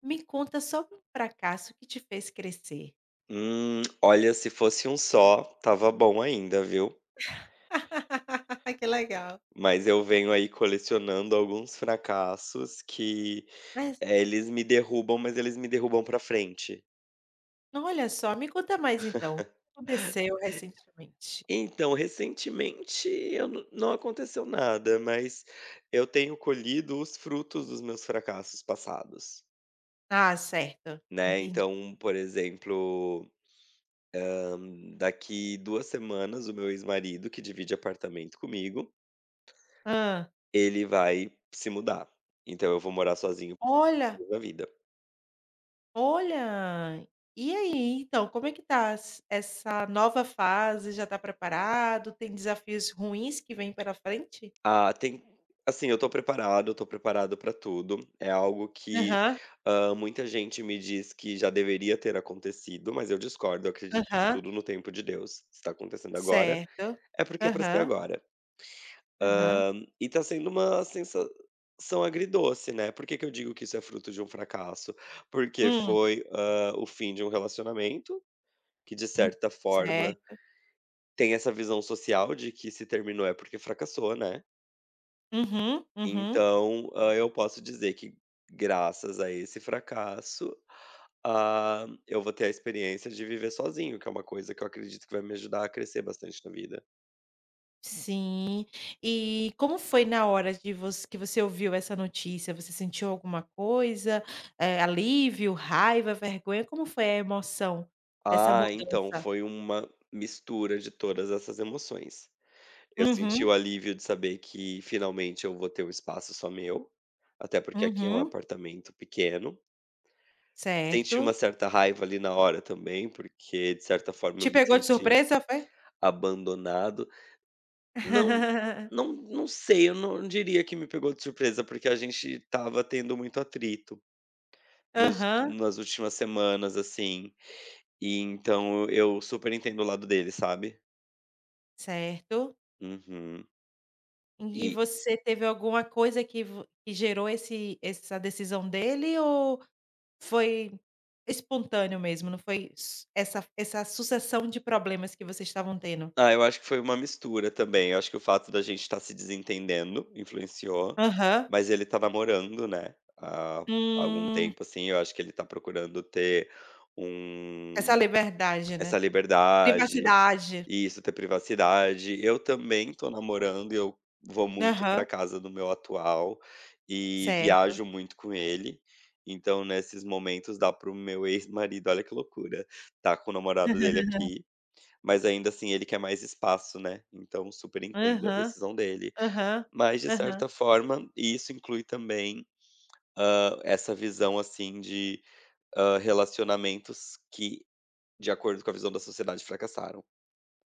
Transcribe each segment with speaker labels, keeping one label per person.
Speaker 1: Me conta sobre um fracasso que te fez crescer.
Speaker 2: Olha, se fosse um só, tava bom ainda, viu.
Speaker 1: Que legal.
Speaker 2: Mas eu venho aí colecionando alguns fracassos que,
Speaker 1: Mas,
Speaker 2: eles me derrubam, mas eles me derrubam pra frente.
Speaker 1: olha só, me conta mais então, o que aconteceu recentemente?
Speaker 2: Então, recentemente eu não aconteceu nada, mas eu tenho colhido os frutos dos meus fracassos passados,
Speaker 1: Ah, certo,
Speaker 2: né.
Speaker 1: entendi.
Speaker 2: Então, por exemplo, hã, daqui 2 semanas o meu ex-marido, que divide apartamento comigo,
Speaker 1: Hã.
Speaker 2: ele vai se mudar. Então eu vou morar sozinho
Speaker 1: Olha,
Speaker 2: da vida.
Speaker 1: olha, e aí, então, como é que tá s essa nova fase, já tá preparado, tem desafios ruins que vêm pela frente?
Speaker 2: Ah, tem assim, eu tô preparado pra tudo. É algo que,
Speaker 1: Aham,
Speaker 2: muita gente me diz que já deveria ter acontecido, mas eu discordo, eu acredito que
Speaker 1: aham,
Speaker 2: tudo no tempo de Deus. Se tá acontecendo agora,
Speaker 1: certo.
Speaker 2: é porque é pra ser
Speaker 1: Aham,
Speaker 2: agora.
Speaker 1: aham.
Speaker 2: E tá sendo uma sensação agridoce, né. Por que que eu digo que isso é fruto de um fracasso? Porque
Speaker 1: Hum,
Speaker 2: foi, o fim de um relacionamento, que de
Speaker 1: hum,
Speaker 2: certa forma
Speaker 1: certo.
Speaker 2: tem essa visão social de que se terminou é porque fracassou, né.
Speaker 1: Uhum, uhum.
Speaker 2: Então, eu posso dizer que graças a esse fracasso, ah, eu vou ter a experiência de viver sozinho, que é uma coisa que eu acredito que vai me ajudar a crescer bastante na vida.
Speaker 1: Sim. E como foi na hora de você que você ouviu essa notícia? Você sentiu alguma coisa? Alívio, raiva, vergonha? Como foi a emoção dessa
Speaker 2: Ah, então
Speaker 1: mudança?
Speaker 2: foi uma mistura de todas essas emoções. Eu senti o
Speaker 1: Uhum,
Speaker 2: alívio de saber que finalmente eu vou ter um espaço só meu, até porque aqui é um
Speaker 1: uhum,
Speaker 2: apartamento pequeno. Senti uma
Speaker 1: certo.
Speaker 2: certa raiva ali na hora também, porque de certa forma
Speaker 1: Te
Speaker 2: eu me
Speaker 1: pegou de
Speaker 2: senti
Speaker 1: surpresa, foi?
Speaker 2: abandonado. Não. Não sei, eu não diria que me pegou de surpresa, porque a gente estava tendo muito atrito nos
Speaker 1: Aham,
Speaker 2: nas últimas semanas, assim, e então eu super entendo o lado dele, sabe.
Speaker 1: certo.
Speaker 2: Uhum.
Speaker 1: E
Speaker 2: E
Speaker 1: você teve alguma coisa que gerou esse essa decisão dele ou foi espontâneo mesmo, não foi s essa sucessão de problemas que vocês estavam tendo?
Speaker 2: eu acho que foi uma mistura também, eu acho que o fato da gente estar se desentendendo influenciou,
Speaker 1: Aham.
Speaker 2: mas ele tá namorando, né, há algum
Speaker 1: Hum,
Speaker 2: tempo, assim, eu acho que ele tá procurando ter
Speaker 1: Essa
Speaker 2: um
Speaker 1: liberdade, né.
Speaker 2: essa liberdade.
Speaker 1: Privacidade.
Speaker 2: Isso, ter privacidade. Eu também estou namorando e eu vou muito pra
Speaker 1: Aham,
Speaker 2: casa do meu atual e
Speaker 1: certo.
Speaker 2: viajo muito com ele. Então, nesses momentos, dá para o meu ex-marido, olha que loucura, tá com o namorado dele aqui, mas ainda assim ele quer mais espaço, né. Então, super entendo a
Speaker 1: Aham,
Speaker 2: decisão dele.
Speaker 1: aham,
Speaker 2: Mas, de
Speaker 1: aham.
Speaker 2: certa forma, isso inclui também, essa visão, assim, de, relacionamentos que, de acordo com a visão da sociedade, fracassaram.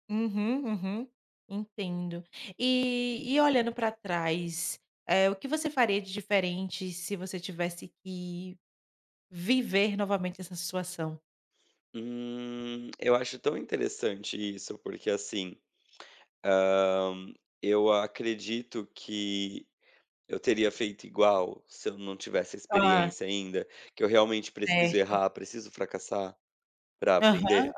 Speaker 1: Uhum, uhum. Entendo. E olhando para trás, o que você faria de diferente se você tivesse que viver novamente essa situação?
Speaker 2: Eu acho tão interessante isso, porque assim, hã, eu acredito que eu teria feito igual se eu não tivesse a
Speaker 1: Ah,
Speaker 2: experiência ainda, que eu realmente preciso
Speaker 1: certo.
Speaker 2: errar, preciso fracassar para
Speaker 1: Aham,
Speaker 2: aprender,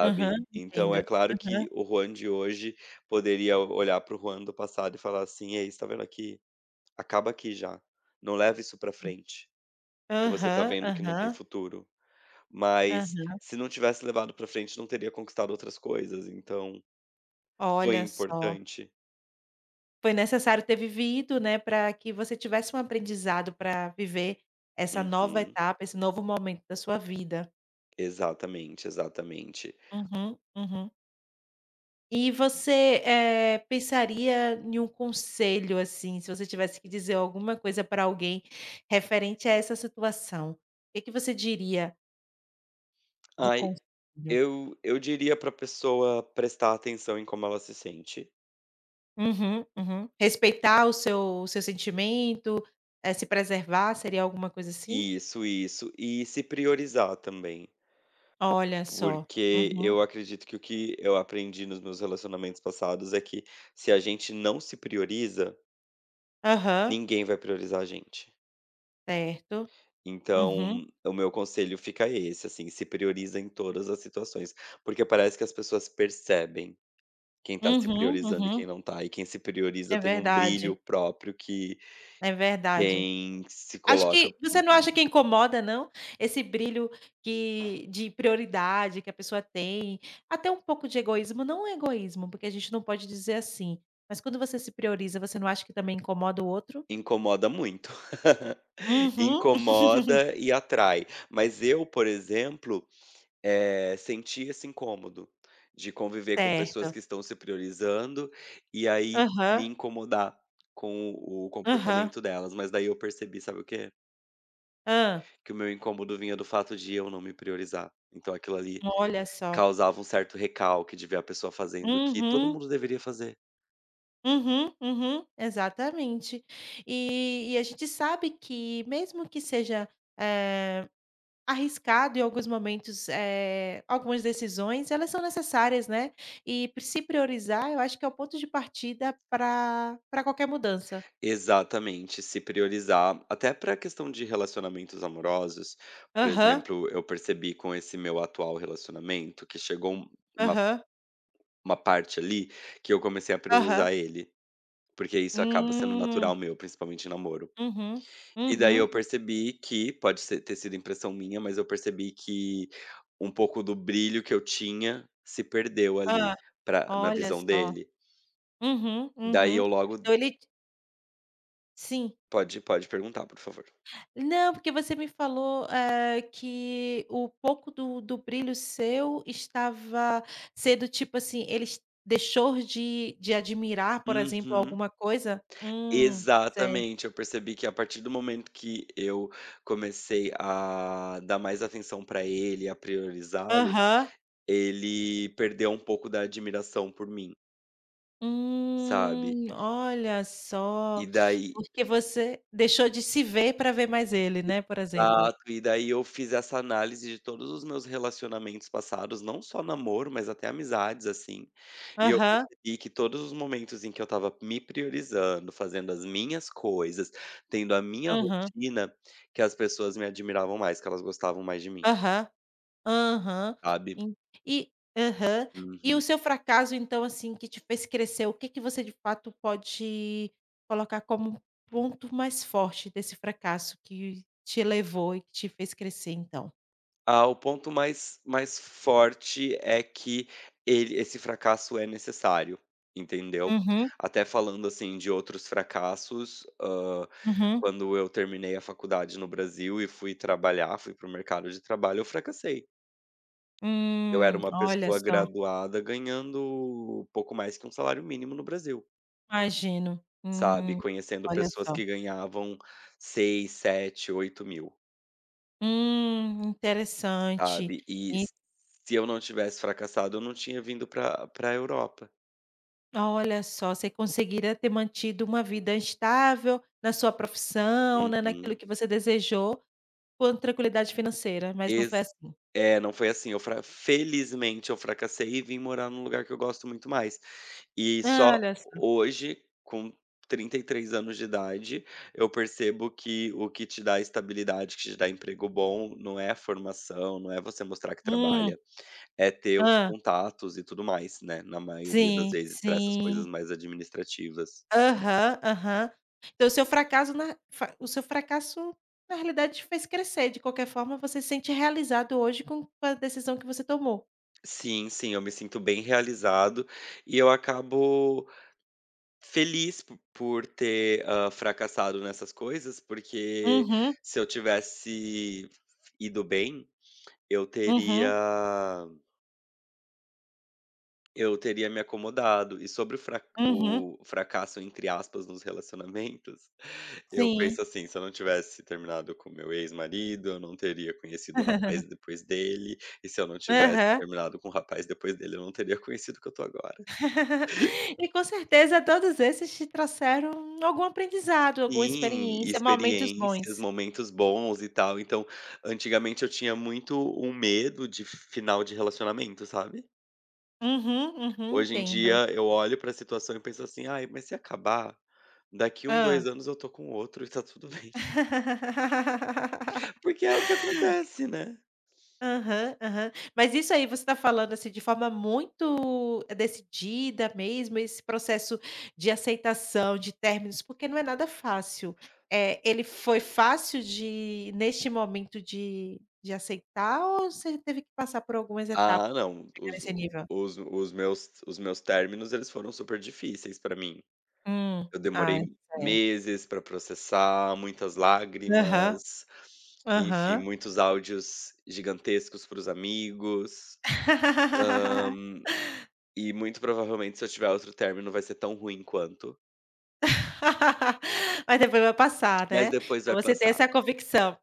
Speaker 1: aham,
Speaker 2: Então
Speaker 1: entendo.
Speaker 2: é claro
Speaker 1: Aham.
Speaker 2: que o Juan de hoje poderia olhar para o Juan do passado e falar assim: "Ei, está vendo aqui? Acaba aqui já, não leva isso para frente, você tá
Speaker 1: Aham,
Speaker 2: vendo que não tem
Speaker 1: aham,
Speaker 2: futuro". Mas,
Speaker 1: aham.
Speaker 2: se não tivesse levado pra frente, não teria conquistado outras coisas, então foi
Speaker 1: Olha só,
Speaker 2: importante.
Speaker 1: foi necessário ter vivido, né, para que você tivesse um aprendizado para viver essa nova
Speaker 2: Uhum.
Speaker 1: etapa, esse novo momento da sua vida.
Speaker 2: Exatamente, exatamente.
Speaker 1: Uhum, uhum. E você, pensaria em um conselho, assim, se você tivesse que dizer alguma coisa para alguém referente a essa situação, o que que você diria de
Speaker 2: Ai,
Speaker 1: conselho?
Speaker 2: eu diria pra pessoa prestar atenção em como ela se sente.
Speaker 1: Uhum, uhum. Respeitar o seu sentimento, se preservar, seria alguma coisa assim?
Speaker 2: Isso, isso. E se priorizar também,
Speaker 1: Olha só.
Speaker 2: porque
Speaker 1: Uhum.
Speaker 2: eu acredito que o que eu aprendi nos meus relacionamentos passados é que, se a gente não se prioriza,
Speaker 1: Aham.
Speaker 2: ninguém vai priorizar a gente.
Speaker 1: Certo. Uhum.
Speaker 2: Então, o meu conselho fica esse, assim, se prioriza em todas as situações, porque parece que as pessoas percebem quem tá se
Speaker 1: Uhum,
Speaker 2: priorizando e
Speaker 1: uhum.
Speaker 2: quem não tá, e quem se prioriza
Speaker 1: É
Speaker 2: tem um
Speaker 1: verdade,
Speaker 2: brilho próprio que
Speaker 1: é verdade.
Speaker 2: quem se
Speaker 1: Acho que
Speaker 2: coloca
Speaker 1: você não acha que incomoda não? Esse brilho que de prioridade que a pessoa tem, até um pouco de egoísmo, não é egoísmo, porque a gente não pode dizer assim, mas quando você se prioriza, você não acha que também incomoda o outro?
Speaker 2: incomoda muito.
Speaker 1: Uhum.
Speaker 2: Incomoda e atrai. Mas eu, por exemplo, eh, sentir esse incômodo de conviver com pessoas
Speaker 1: Certo.
Speaker 2: que estão se priorizando, e aí me
Speaker 1: Aham,
Speaker 2: incomodar com o
Speaker 1: aham.
Speaker 2: comportamento delas. Mas daí eu percebi, sabe o quê?
Speaker 1: Hã.
Speaker 2: Que o meu incômodo vinha do fato de eu não me priorizar. Então aquilo ali
Speaker 1: Olha só.
Speaker 2: causava um certo recalque de ver a pessoa fazendo o que todo
Speaker 1: Uhum.
Speaker 2: mundo deveria fazer.
Speaker 1: Uhum, uhum, exatamente. E a gente sabe que mesmo que seja, eh, arriscado em alguns momentos, algumas decisões, elas são necessárias, né, e se priorizar eu acho que é o ponto de partida para qualquer mudança.
Speaker 2: Exatamente, se priorizar. Até para a questão de relacionamentos amorosos, por
Speaker 1: Aham,
Speaker 2: exemplo, eu percebi com esse meu atual relacionamento que chegou uma
Speaker 1: aham,
Speaker 2: Uma parte ali, que eu comecei a
Speaker 1: aham.
Speaker 2: priorizar ele, porque isso acaba sendo
Speaker 1: Hum,
Speaker 2: natural meu, principalmente em namoro.
Speaker 1: uhum,
Speaker 2: E daí eu
Speaker 1: uhum.
Speaker 2: percebi que, pode ser ter sido impressão minha, mas eu percebi que um pouco do brilho que eu tinha se perdeu
Speaker 1: Ah,
Speaker 2: ali, pra na
Speaker 1: olha
Speaker 2: visão
Speaker 1: só.
Speaker 2: dele.
Speaker 1: Uhum,
Speaker 2: Daí
Speaker 1: uhum.
Speaker 2: eu logo
Speaker 1: Então ele sim.
Speaker 2: pode perguntar, por favor.
Speaker 1: Não, porque você me falou, que o pouco do brilho seu estava sendo, tipo assim, ele es deixou de admirar, por exemplo,
Speaker 2: Uhum.
Speaker 1: alguma coisa? Sei.
Speaker 2: Exatamente, eu percebi que a partir do momento que eu comecei a dar mais atenção pra ele, a priorizá-lo.
Speaker 1: Aham.
Speaker 2: Ele perdeu um pouco da admiração por mim, sabe.
Speaker 1: Olha só.
Speaker 2: E daí
Speaker 1: Porque você deixou de se ver para ver mais ele, né, por exemplo.
Speaker 2: exato, e daí eu fiz essa análise de todos os meus relacionamentos passados, não só namoro, mas até amizades, assim, e eu
Speaker 1: Aham,
Speaker 2: percebi que todos os momentos em que eu estava me priorizando, fazendo as minhas coisas, tendo a minha
Speaker 1: aham,
Speaker 2: rotina, que as pessoas me admiravam mais, que elas gostavam mais de mim,
Speaker 1: aham. Aham.
Speaker 2: sabe.
Speaker 1: En e aham. E o
Speaker 2: Uhum.
Speaker 1: seu fracasso, então, assim, que te fez crescer, o que que você de fato pode colocar como um ponto mais forte desse fracasso que te levou e que te fez crescer, então?
Speaker 2: Ah, o ponto mais forte é que ele esse fracasso é necessário, entendeu?
Speaker 1: Uhum,
Speaker 2: Até falando, assim, de outros fracassos,
Speaker 1: uhum.
Speaker 2: quando eu terminei a faculdade no Brasil e fui trabalhar, fui para o mercado de trabalho, eu fracassei. Eu era uma
Speaker 1: Olha
Speaker 2: pessoa
Speaker 1: só,
Speaker 2: graduada ganhando pouco mais que um salário mínimo no Brasil,
Speaker 1: imagino.
Speaker 2: sabe, conhecendo
Speaker 1: Olha
Speaker 2: pessoas
Speaker 1: só.
Speaker 2: que ganhavam 6, 7, 8 mil.
Speaker 1: Interessante.
Speaker 2: Sabe, e
Speaker 1: E
Speaker 2: s se eu não tivesse fracassado, eu não tinha vindo para Europa.
Speaker 1: olha só, você conseguiria ter mantido uma vida estável na sua profissão, né, naquilo
Speaker 2: Uhum.
Speaker 1: que você desejou, quanto tranquilidade financeira, mas não foi
Speaker 2: Ex
Speaker 1: assim.
Speaker 2: é, não foi assim, eu fra felizmente eu fracassei e vim morar num lugar que eu gosto muito mais. E
Speaker 1: Ah,
Speaker 2: só
Speaker 1: olha só.
Speaker 2: hoje, com 33 anos de idade, eu percebo que o que te dá estabilidade, que te dá emprego bom, não é a formação, não é você mostrar que
Speaker 1: Hum.
Speaker 2: trabalha, é ter os
Speaker 1: Hã.
Speaker 2: contatos e tudo mais, né, na maioria das
Speaker 1: Sim,
Speaker 2: vezes para essas coisas
Speaker 1: sim.
Speaker 2: mais administrativas.
Speaker 1: Aham, aham. Então o seu fracasso na fa o seu fracasso, na realidade, te fez crescer, de qualquer forma você se sente realizado hoje com a decisão que você tomou.
Speaker 2: Sim, sim, eu me sinto bem realizado e eu acabo feliz po por ter, fracassado nessas coisas, porque
Speaker 1: Uhum,
Speaker 2: se eu tivesse ido bem, eu
Speaker 1: uhum,
Speaker 2: teria eu teria me acomodado. E sobre o fra
Speaker 1: uhum.
Speaker 2: o "fracasso", entre aspas, nos relacionamentos, eu
Speaker 1: Sim.
Speaker 2: penso assim: se eu não tivesse terminado com meu ex-marido, eu não teria conhecido o rapaz depois dele, e se eu não tivesse
Speaker 1: Aham.
Speaker 2: terminado com o rapaz depois dele, eu não teria conhecido o que eu tô agora.
Speaker 1: E com certeza todos esses te trouxeram algum aprendizado, alguma
Speaker 2: Sim,
Speaker 1: experiência, momentos bons.
Speaker 2: experiências, momentos bons e tal. Então, antigamente eu tinha muito um medo de final de relacionamento, sabe?
Speaker 1: Uhum, uhum,
Speaker 2: Hoje em
Speaker 1: entendo.
Speaker 2: dia eu olho pra situação e penso assim: "Ai, mas se acabar, daqui um,
Speaker 1: Hã.
Speaker 2: 2 anos eu tô com outro e tá tudo bem". Porque é o que acontece, né?
Speaker 1: Aham, aham. Mas isso aí você está falando, assim, de forma muito decidida mesmo, esse processo de aceitação, de términos, porque não é nada fácil. Ele foi fácil de neste momento de aceitar ou você teve que passar por algumas etapas
Speaker 2: Ah, não,
Speaker 1: pra chegar
Speaker 2: os
Speaker 1: nesse nível?
Speaker 2: os os meus os meus términos, eles foram super difíceis pra mim.
Speaker 1: Hum.
Speaker 2: Eu
Speaker 1: Ah,
Speaker 2: demorei
Speaker 1: é.
Speaker 2: meses para processar, muitas
Speaker 1: Aham,
Speaker 2: lágrimas, enfim,
Speaker 1: aham.
Speaker 2: muitos áudios gigantescos para os amigos, e muito provavelmente se eu tiver outro término vai ser tão ruim quanto,
Speaker 1: Mas depois vai passar,
Speaker 2: mas
Speaker 1: né.
Speaker 2: depois
Speaker 1: Então
Speaker 2: vai
Speaker 1: você tem
Speaker 2: passar.
Speaker 1: essa convicção.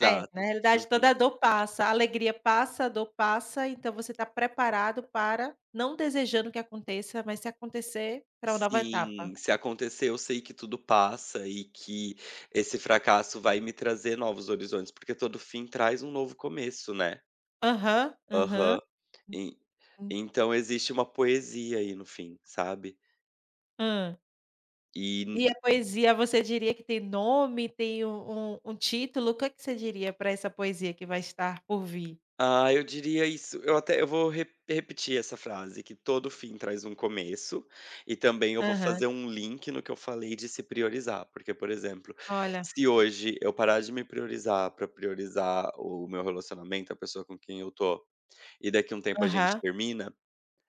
Speaker 1: É, na realidade
Speaker 2: Uhum.
Speaker 1: toda dor passa, a alegria passa, a dor passa, então você está preparado para não desejando que aconteça, mas se acontecer, para uma nova etapa.
Speaker 2: Sim, se acontecer eu sei que tudo passa e que esse fracasso vai me trazer novos horizontes, porque todo fim traz um novo começo, né.
Speaker 1: Aham, aham.
Speaker 2: Aham. E
Speaker 1: Hum.
Speaker 2: então existe uma poesia aí no fim, sabe.
Speaker 1: Hã.
Speaker 2: E,
Speaker 1: E a poesia, você diria que tem nome, tem um título? O que é que você diria para essa poesia que vai estar por vir?
Speaker 2: ah, eu diria isso eu até eu vou re repetir essa frase, que todo fim traz um começo, e também eu vou
Speaker 1: Aham.
Speaker 2: fazer um link no que eu falei de se priorizar, porque, por exemplo,
Speaker 1: Olha.
Speaker 2: se hoje eu parar de me priorizar para priorizar o meu relacionamento, a pessoa com quem eu tô, e daqui a um tempo a gente
Speaker 1: Aham,
Speaker 2: termina,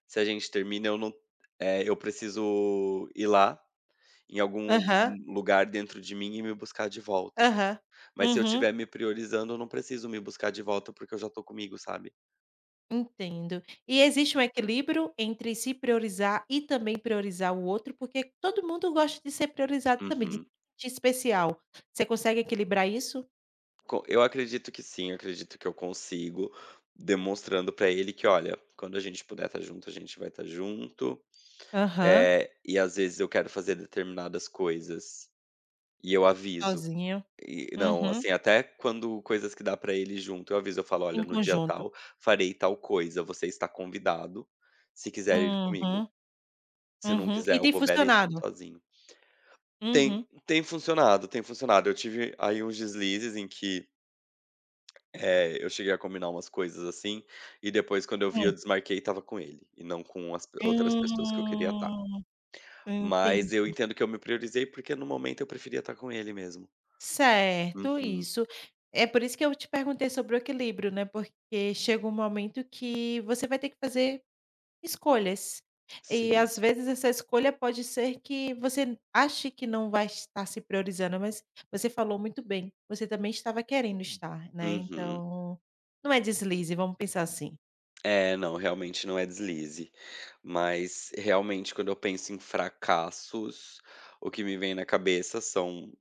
Speaker 2: se a gente termina eu não eu preciso ir lá, em algum
Speaker 1: aham,
Speaker 2: lugar dentro de mim e me buscar de volta.
Speaker 1: aham.
Speaker 2: Mas se eu
Speaker 1: Uhum.
Speaker 2: estiver me priorizando, eu não preciso me buscar de volta, porque eu já tô comigo, sabe?
Speaker 1: Entendo. E existe um equilíbrio entre se priorizar e também priorizar o outro, porque todo mundo gosta de ser priorizado também, de se
Speaker 2: Uhum.
Speaker 1: sentir especial. Você consegue equilibrar isso?
Speaker 2: Co Eu acredito que sim, eu acredito que eu consigo, demonstrando pra ele que: "Olha, quando a gente puder estar junto, a gente vai estar junto,
Speaker 1: Aham.
Speaker 2: eh, e às vezes eu quero fazer determinadas coisas e eu aviso".
Speaker 1: Sozinho.
Speaker 2: E não,
Speaker 1: Uhum.
Speaker 2: assim, até quando coisas que dá pra ele junto, eu aviso, eu falo:
Speaker 1: Em
Speaker 2: "Olha, no dia
Speaker 1: conjunto.
Speaker 2: tal, farei tal coisa, você está convidado, se quiser ir comigo,
Speaker 1: Uhum,
Speaker 2: se não
Speaker 1: uhum. E
Speaker 2: quiser, eu
Speaker 1: tem
Speaker 2: vou belíssimo
Speaker 1: funcionado?
Speaker 2: sozinho". Tem
Speaker 1: Uhum.
Speaker 2: tem funcionado, tem funcionado. Eu tive aí uns deslizes em que é, eu cheguei a combinar umas coisas assim, e depois quando eu vi
Speaker 1: Hum.
Speaker 2: eu desmarquei e estava com ele, e não com as outras pessoas que eu queria estar.
Speaker 1: Hum,
Speaker 2: Mas eu
Speaker 1: Entendi.
Speaker 2: entendo que eu me priorizei, porque no momento eu preferia estar com ele mesmo.
Speaker 1: Certo,
Speaker 2: Uhum,
Speaker 1: isso. É por isso que eu te perguntei sobre o equilíbrio, né, porque chega um momento que você vai ter que fazer escolhas. E
Speaker 2: sim.
Speaker 1: às vezes essa escolha pode ser que você ache que não vai estar se priorizando, mas você falou muito bem, você também estava querendo estar, né,
Speaker 2: Uhum.
Speaker 1: então, não é deslize, vamos pensar assim.
Speaker 2: É, não, realmente não é deslize. Mas realmente quando eu penso em fracassos, o que me vem na cabeça são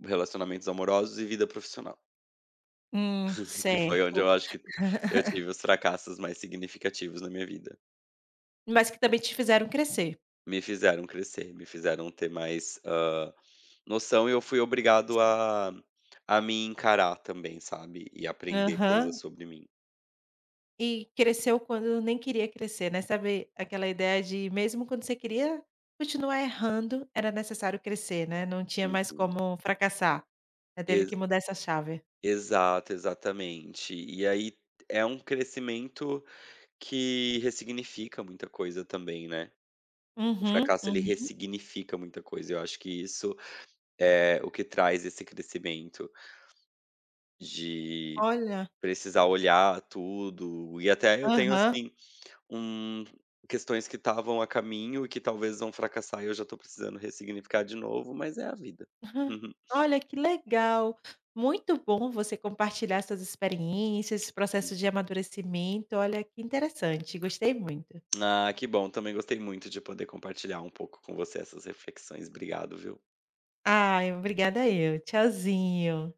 Speaker 2: relacionamentos amorosos e vida profissional, que foi onde
Speaker 1: Certo",
Speaker 2: eu acho que eu tive os fracassos mais significativos na minha vida.
Speaker 1: mas que também te fizeram crescer.
Speaker 2: Me fizeram crescer, me fizeram ter mais, noção e eu fui obrigado a me encarar também, sabe, e aprender coisas
Speaker 1: Aham.
Speaker 2: sobre mim.
Speaker 1: E cresceu quando nem queria crescer, né, sabe aquela ideia de mesmo quando você queria continuar errando, era necessário crescer, né, não tinha mais
Speaker 2: Uhum.
Speaker 1: como fracassar, né, teve
Speaker 2: Ex
Speaker 1: que mudar essa chave.
Speaker 2: Exato, exatamente. E aí é um crescimento que ressignifica muita coisa também, né. O
Speaker 1: Uhum.
Speaker 2: fracasso ele ressignifica muita coisa, eu acho que isso é o que traz esse crescimento de
Speaker 1: Olha,
Speaker 2: precisar olhar tudo e até eu tenho
Speaker 1: aham,
Speaker 2: assim, hum, questões que estavam a caminho e que talvez vão fracassar e eu já tô precisando ressignificar de novo, mas é a vida.
Speaker 1: aham. Olha que legal, muito bom você compartilhar essas experiências, esse processo de amadurecimento, olha que interessante, gostei muito.
Speaker 2: Ah, que bom, também gostei muito de poder compartilhar um pouco com você essas reflexões. Obrigado, viu?
Speaker 1: Ai, obrigada eu, tchauzinho.